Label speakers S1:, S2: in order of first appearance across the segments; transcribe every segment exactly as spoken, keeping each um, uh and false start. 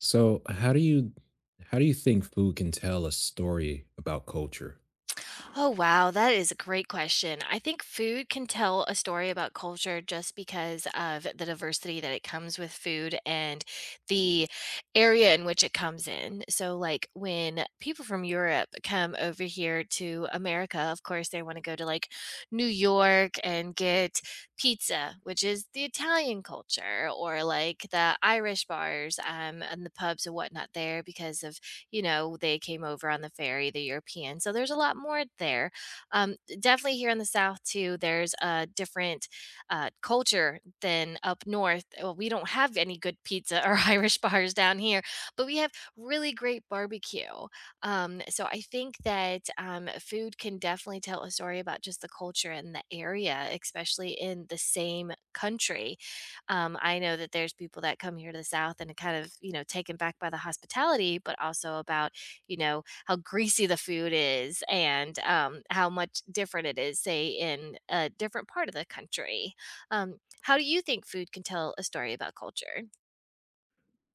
S1: So, how do you how do you think food can tell a story about culture?
S2: Oh, wow. That is a great question. I think food can tell a story about culture just because of the diversity that it comes with food and the area in which it comes in. So, like when people from Europe come over here to America, of course, they want to go to like New York and get pizza, which is the Italian culture, or like the Irish bars um, and the pubs and whatnot there because of you know, they came over on the ferry, the European. So there's a lot more there. Um, definitely here in the South too, there's a different uh, culture than up north. Well, we don't have any good pizza or Irish bars down here, but we have really great barbecue. Um, so I think that um, food can definitely tell a story about just the culture and the area, especially in the same country. Um, I know that there's people that come here to the South and are kind of, you know, taken back by the hospitality, but also about, you know, how greasy the food is and um, how much different it is, say, in a different part of the country. Um, how do you think food can tell a story about culture?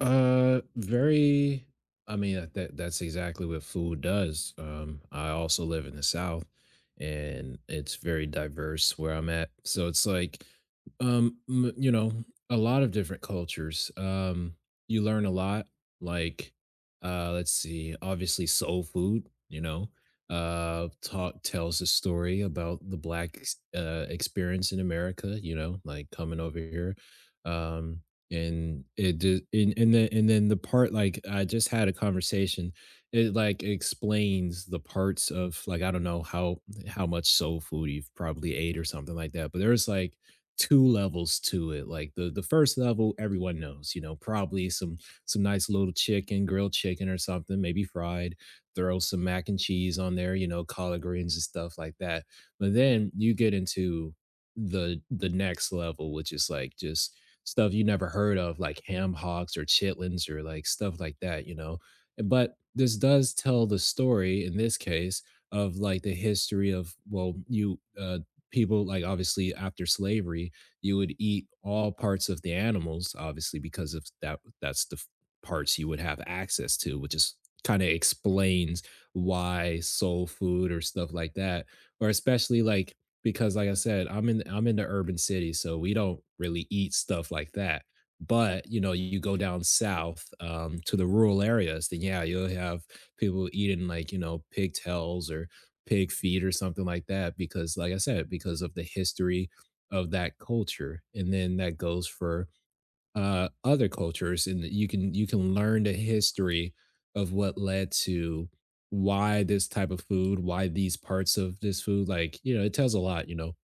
S1: Uh, very. I mean, uh, that that's exactly what food does. Um, I also live in the South, and it's very diverse where I'm at. So it's like, um, m- you know, a lot of different cultures. Um, you learn a lot. Like, uh, let's see. Obviously, soul food. You know, uh, talk tells a story about the black ex- uh, experience in America. You know, like coming over here. Um, and it just and and then and then the part, like, I just had a conversation, it, like, explains the parts of, like, I don't know how how much soul food you've probably ate or something like that, but there's, like, two levels to it, like, the the first level, everyone knows, you know, probably some some nice little chicken, grilled chicken or something, maybe fried, throw some mac and cheese on there, you know, collard greens and stuff like that, but then you get into the the next level, which is, like, just stuff you never heard of, like ham hocks or chitlins or like stuff like that, you know. But this does tell the story in this case of like the history of well, you uh, people like obviously after slavery, you would eat all parts of the animals, obviously because of that. That's the f- parts you would have access to, which is kind of explains why soul food or stuff like that or especially like because like I said, I'm in I'm in the urban city, so we don't really eat stuff like that. But you know, you go down south um, to the rural areas, then yeah, you'll have people eating like you know pigtails or pig feet or something like that because, like I said, because of the history of that culture, and then that goes for uh, other cultures, and you can you can learn the history of what led to why this type of food, why these parts of this food. Like you know, it tells a lot. You know,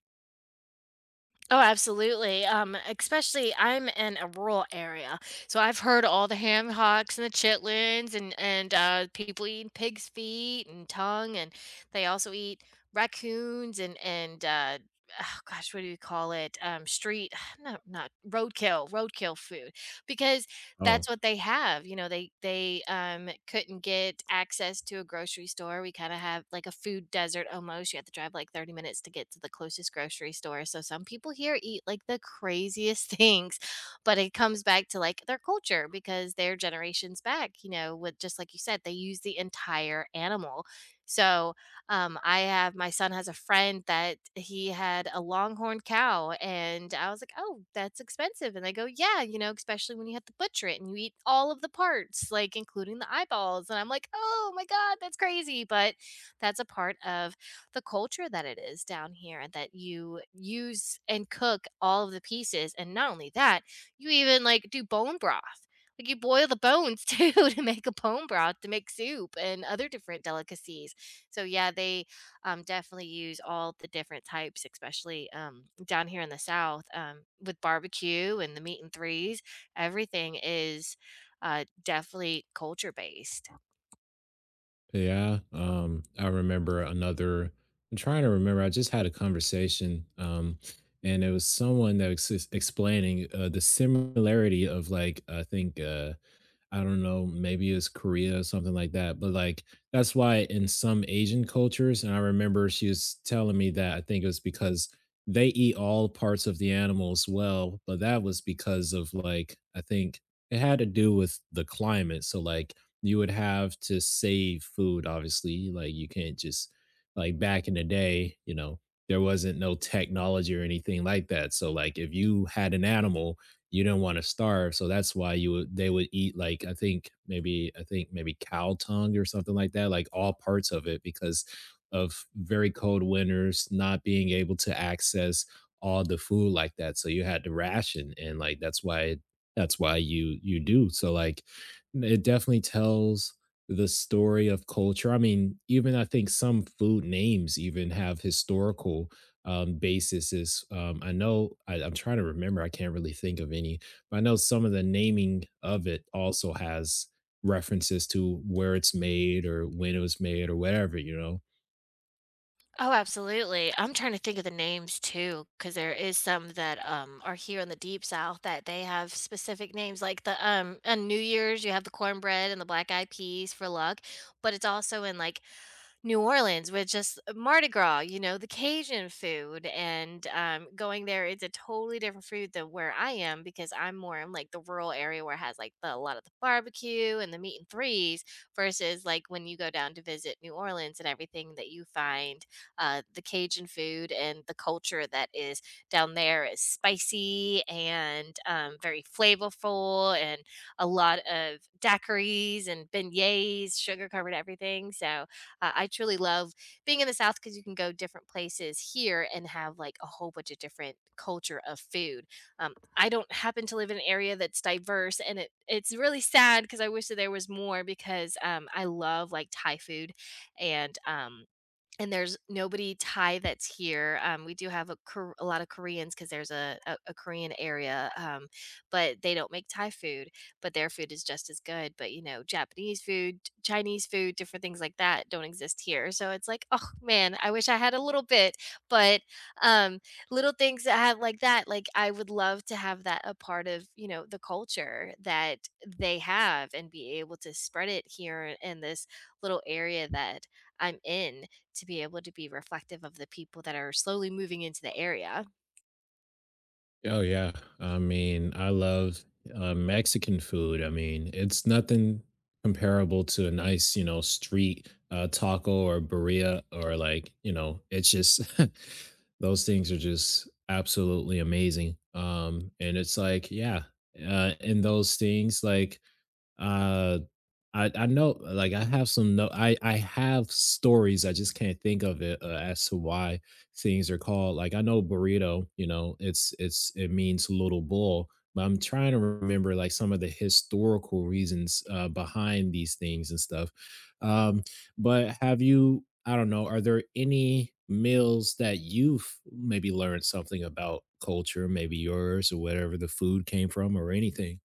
S2: Oh, absolutely. Um, especially I'm in a rural area, so I've heard all the ham hocks and the chitlins and and uh, people eating pig's feet and tongue, and they also eat raccoons and and uh, oh gosh, what do you call it? Um, street, no, not roadkill, Roadkill food, because
S1: oh
S2: that's what they have, you know, they they, um, couldn't get access to a grocery store. We kinda have, like, a food desert almost. You have to drive, like, thirty minutes to get to the closest grocery store, so some people here eat, like, the craziest things, but it comes back to, like, their culture because they're generations back, you know, with just like you said, they use the entire animal, so um, I have my son has a friend that he had a longhorn cow, and I was like, "Oh, that's expensive." And they go, "Yeah, you know, especially when you have to butcher it and you eat all of the parts, like including the eyeballs." And I'm like, "Oh my god, that's crazy!" But that's a part of the culture that it is down here, and that you use and cook all of the pieces. And not only that, you even like do bone broth. Like you boil the bones too to make a bone broth to make soup and other different delicacies. So yeah, they um, definitely use all the different types, especially um, down here in the South um, with barbecue and the meat and threes. Everything is uh, definitely culture based.
S1: yeah, um, I remember another. I'm trying to remember. I just had a conversation, um, and it was someone that was ex- explaining uh, the similarity of like I think. Uh, I don't know, maybe it's Korea or something like that. But like that's why in some Asian cultures, and I remember she was telling me that I think it was because they eat all parts of the animal as well, but that was because of like I think it had to do with the climate. So like you would have to save food, obviously. Like you can't just like back in the day, you know, there wasn't no technology or anything like that. So like if you had an animal you didn't want to starve so that's why you would they would eat like i think maybe i think maybe cow tongue or something like that like all parts of it because of very cold winters not being able to access all the food like that so you had to ration and like that's why that's why you you do so like it definitely tells the story of culture. I mean even I think some food names even have historical um, basis is um, I know I, I'm trying to remember. I can't really think of any, but I know some of the naming of it also has references to where it's made or when it was made or whatever, you know.
S2: Oh, absolutely. I'm trying to think of the names too, because there is some that um, are here in the deep South that they have specific names. Like the um, on New Year's, you have the cornbread and the black eyed peas for luck, but it's also in like New Orleans with just Mardi Gras, you know, the Cajun food, and um, going there, it's a totally different food than where I am because I'm more in like the rural area where it has like the, a lot of the barbecue and the meat and threes versus like when you go down to visit New Orleans and everything that you find uh, the Cajun food and the culture that is down there is spicy and um, very flavorful and a lot of daiquiris and beignets, sugar covered everything. So, uh, I truly love being in the South because you can go different places here and have like a whole bunch of different culture of food. Um, I don't happen to live in an area that's diverse, and it it's really sad because I wish that there was more because um, I love like Thai food and um, and there's nobody Thai that's here. Um, we do have a, Kor- a lot of Koreans because there's a, a, a Korean area, um, but they don't make Thai food, but their food is just as good. But, you know, Japanese food, Chinese food, different things like that don't exist here. So it's like, oh man, I wish I had a little bit, but um, little things that have like that, like I would love to have that a part of, you know, the culture that they have and be able to spread it here in this little area that I'm in to be able to be reflective of the people that are slowly moving into the area.
S1: Oh, yeah. I mean, I love, uh, Mexican food. I mean, it's nothing comparable to a nice, you know, street, uh, taco or birria or like, you know, it's just those things are just absolutely amazing. Um, and it's like, yeah, uh, and those things, like, uh, I I know, like, I have some no I I have stories, I just can't think of it, uh, as to why things are called like, I know burrito, you know, it's it's it means little bull, but I'm trying to remember, like, some of the historical reasons, uh, behind these things and stuff. Um, but have you I don't know, are there any meals that you've maybe learned something about culture, maybe yours or whatever the food came from or anything?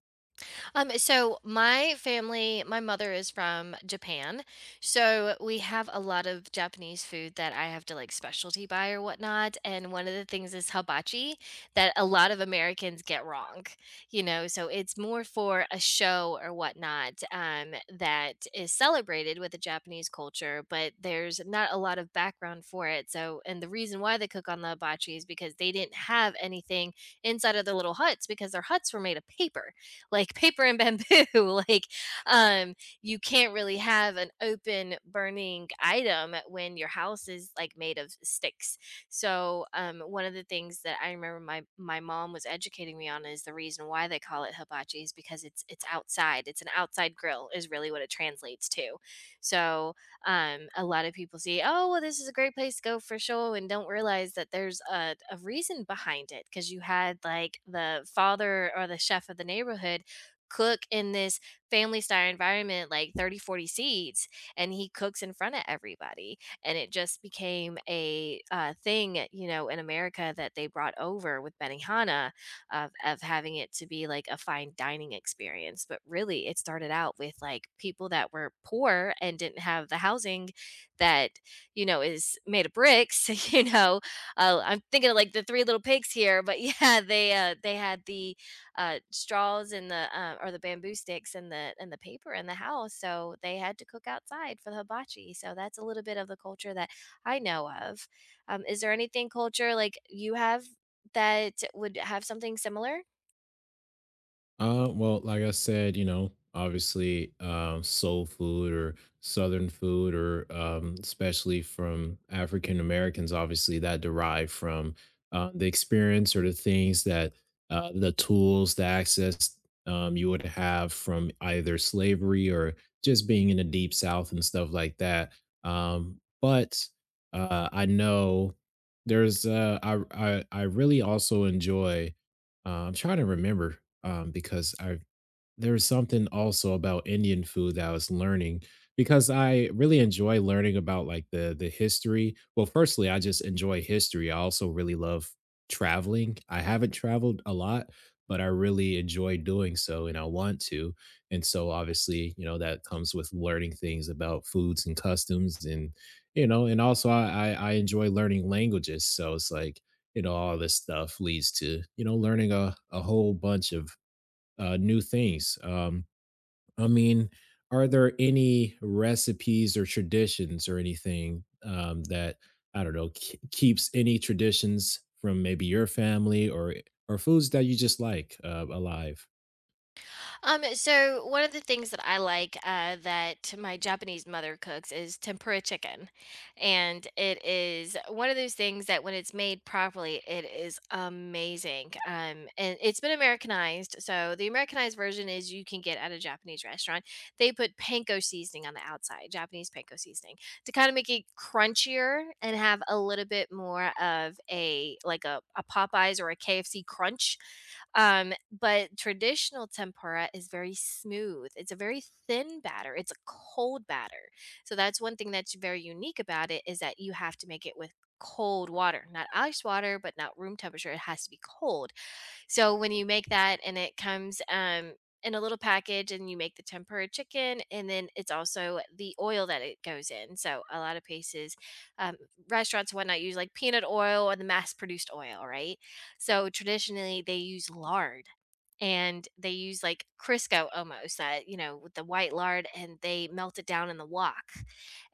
S2: Um, so my family, my mother is from Japan, so we have a lot of Japanese food that I have to like specialty buy or whatnot. And one of the things is hibachi that a lot of Americans get wrong, you know. So it's more for a show or whatnot um, that is celebrated with the Japanese culture, but there's not a lot of background for it. So, and the reason why they cook on the hibachi is because they didn't have anything inside of their little huts because their huts were made of paper, like paper and bamboo. Like um you can't really have an open burning item when your house is like made of sticks, so um one of the things that I remember my my mom was educating me on is the reason why they call it hibachi is because it's it's outside. It's an outside grill is really what it translates to. So um a lot of people see, oh well, this is a great place to go for show and don't realize that there's a, a reason behind it because you had like the father or the chef of the neighborhood cook in this family style environment, like thirty, forty seats, and he cooks in front of everybody. And it just became a uh, thing, you know, in America that they brought over with Benihana of, of having it to be like a fine dining experience. But really, it started out with like people that were poor and didn't have the housing that, you know, is made of bricks, you know. uh, I'm thinking of like the Three Little Pigs here, but yeah, they uh, they had the uh, straws and the uh, or the bamboo sticks and the and the paper in the house, so they had to cook outside for the hibachi. So that's a little bit of the culture that I know of. Um, is there anything culture like you have that would have something similar?
S1: Uh, well, like I said, you know, obviously, um, soul food or Southern food, or um, especially from African Americans, obviously that derive from uh, the experience or the things that uh, the tools, the access um, you would have from either slavery or just being in the deep South and stuff like that. Um, but uh, I know there's uh, I, I I really also enjoy uh, I'm trying to remember, um, because I there's something also about Indian food that I was learning because I really enjoy learning about like the the history. Well, firstly, I just enjoy history. I also really love traveling. I haven't traveled a lot, but I really enjoy doing so and I want to. And so obviously, you know, that comes with learning things about foods and customs and you know, and also I I, I enjoy learning languages. So it's like you know all this stuff leads to you know learning a, a whole bunch of uh, new things. Um, I mean, are there any recipes or traditions or anything um, that I don't know k- keeps any traditions from maybe your family or or foods that you just like uh, alive?
S2: Um, so one of the things that I like uh, that my Japanese mother cooks is tempura chicken, and it is one of those things that when it's made properly, it is amazing. Um, and it's been Americanized, so the Americanized version is you can get at a Japanese restaurant. They put panko seasoning on the outside, Japanese panko seasoning, to kind of make it crunchier and have a little bit more of a like a, a Popeyes or a K F C crunch. Um, but traditional tempura is very smooth. It's a very thin batter. It's a cold batter. So that's one thing that's very unique about it is that you have to make it with cold water, not ice water, but not room temperature. It has to be cold. So when you make that and it comes um, in a little package and you make the tempura chicken and then it's also the oil that it goes in. So a lot of places, um, restaurants and whatnot use like peanut oil or the mass produced oil, right? So traditionally they use lard and they use like Crisco almost that, you know, with the white lard and they melt it down in the wok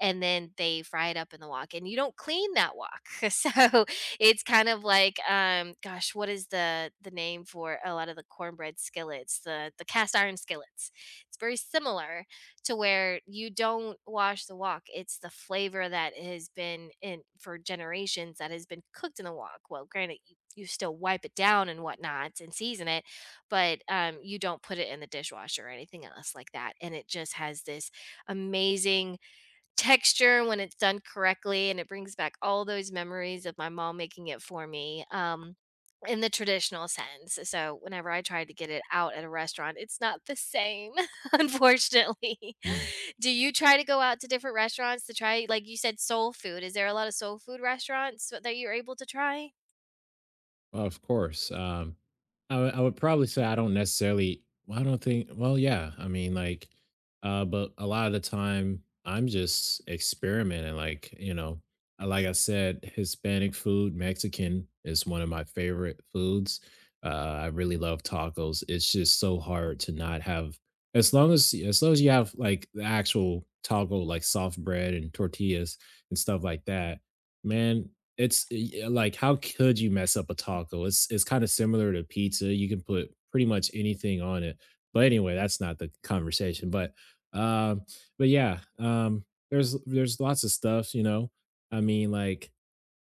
S2: and then they fry it up in the wok and you don't clean that wok. So it's kind of like um gosh, what is the the name for a lot of the cornbread skillets, the the cast iron skillets. It's very similar to where you don't wash the wok. It's the flavor that has been in for generations that has been cooked in the wok. Well, granted you, you still wipe it down and whatnot and season it, but um, you don't put it in the dishwasher or anything else like that, and it just has this amazing texture when it's done correctly, and it brings back all those memories of my mom making it for me, um, in the traditional sense, so whenever I try to get it out at a restaurant, it's not the same, unfortunately.
S1: Hmm.
S2: Do you try to go out to different restaurants to try like you said, soul food? Is there a lot of soul food restaurants that you're able to try?
S1: Well, of course. Um, I would I would probably say I don't necessarily. Well, I don't think. Well, yeah. I mean, like, uh, but a lot of the time I'm just experimenting. Like, you know, uh, like I said, Hispanic food, Mexican is one of my favorite foods. Uh, I really love tacos. It's just so hard to not have. As long as as long as you have like the actual taco, like soft bread and tortillas and stuff like that, man, it's y like, how could you mess up a taco? It's it's kinda similar to pizza, you can put pretty much anything on it. But anyway, that's not the conversation, but, um but yeah, um, there's there's lots of stuff, you know? I mean, like,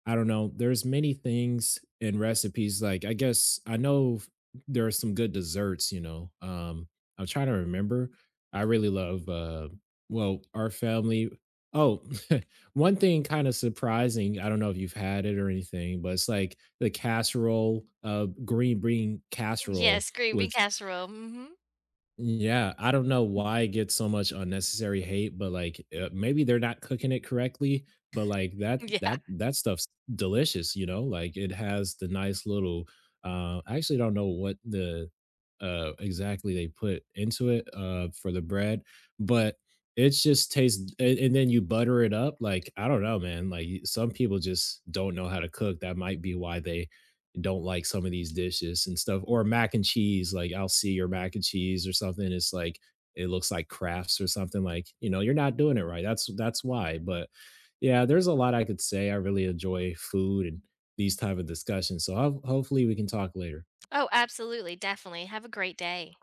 S1: I don't know. There's many things in recipes. Like I guess I know f- there are some good desserts. You know, um, I'm trying to remember. I really love. Uh, well, our family. Oh, one thing kind of surprising. I don't know if you've had it or anything, but it's like the casserole, uh, green bean casserole
S2: Yes, green bean
S1: with
S2: casserole, mhm.
S1: yeah, I don't know why it gets so much unnecessary hate, but, like, uh, maybe they're not cooking it correctly, but, like, that
S2: Yeah.
S1: that that stuff's delicious, you know? Like, it has the nice little, uh I actually don't know what the, uh exactly they put into it, uh, for the bread, but it just tastes and and then you butter it up, like, I don't know, man, like, y- some people just don't know how to cook, that might be why they and don't like some of these dishes and stuff or mac and cheese like I'll see your mac and cheese or something it's like it looks like crafts or something like you know you're not doing it right that's that's why but yeah there's a lot I could say I really enjoy food and these type of discussions so ho- hopefully we can talk later
S2: Oh, absolutely. Definitely. Have a great day.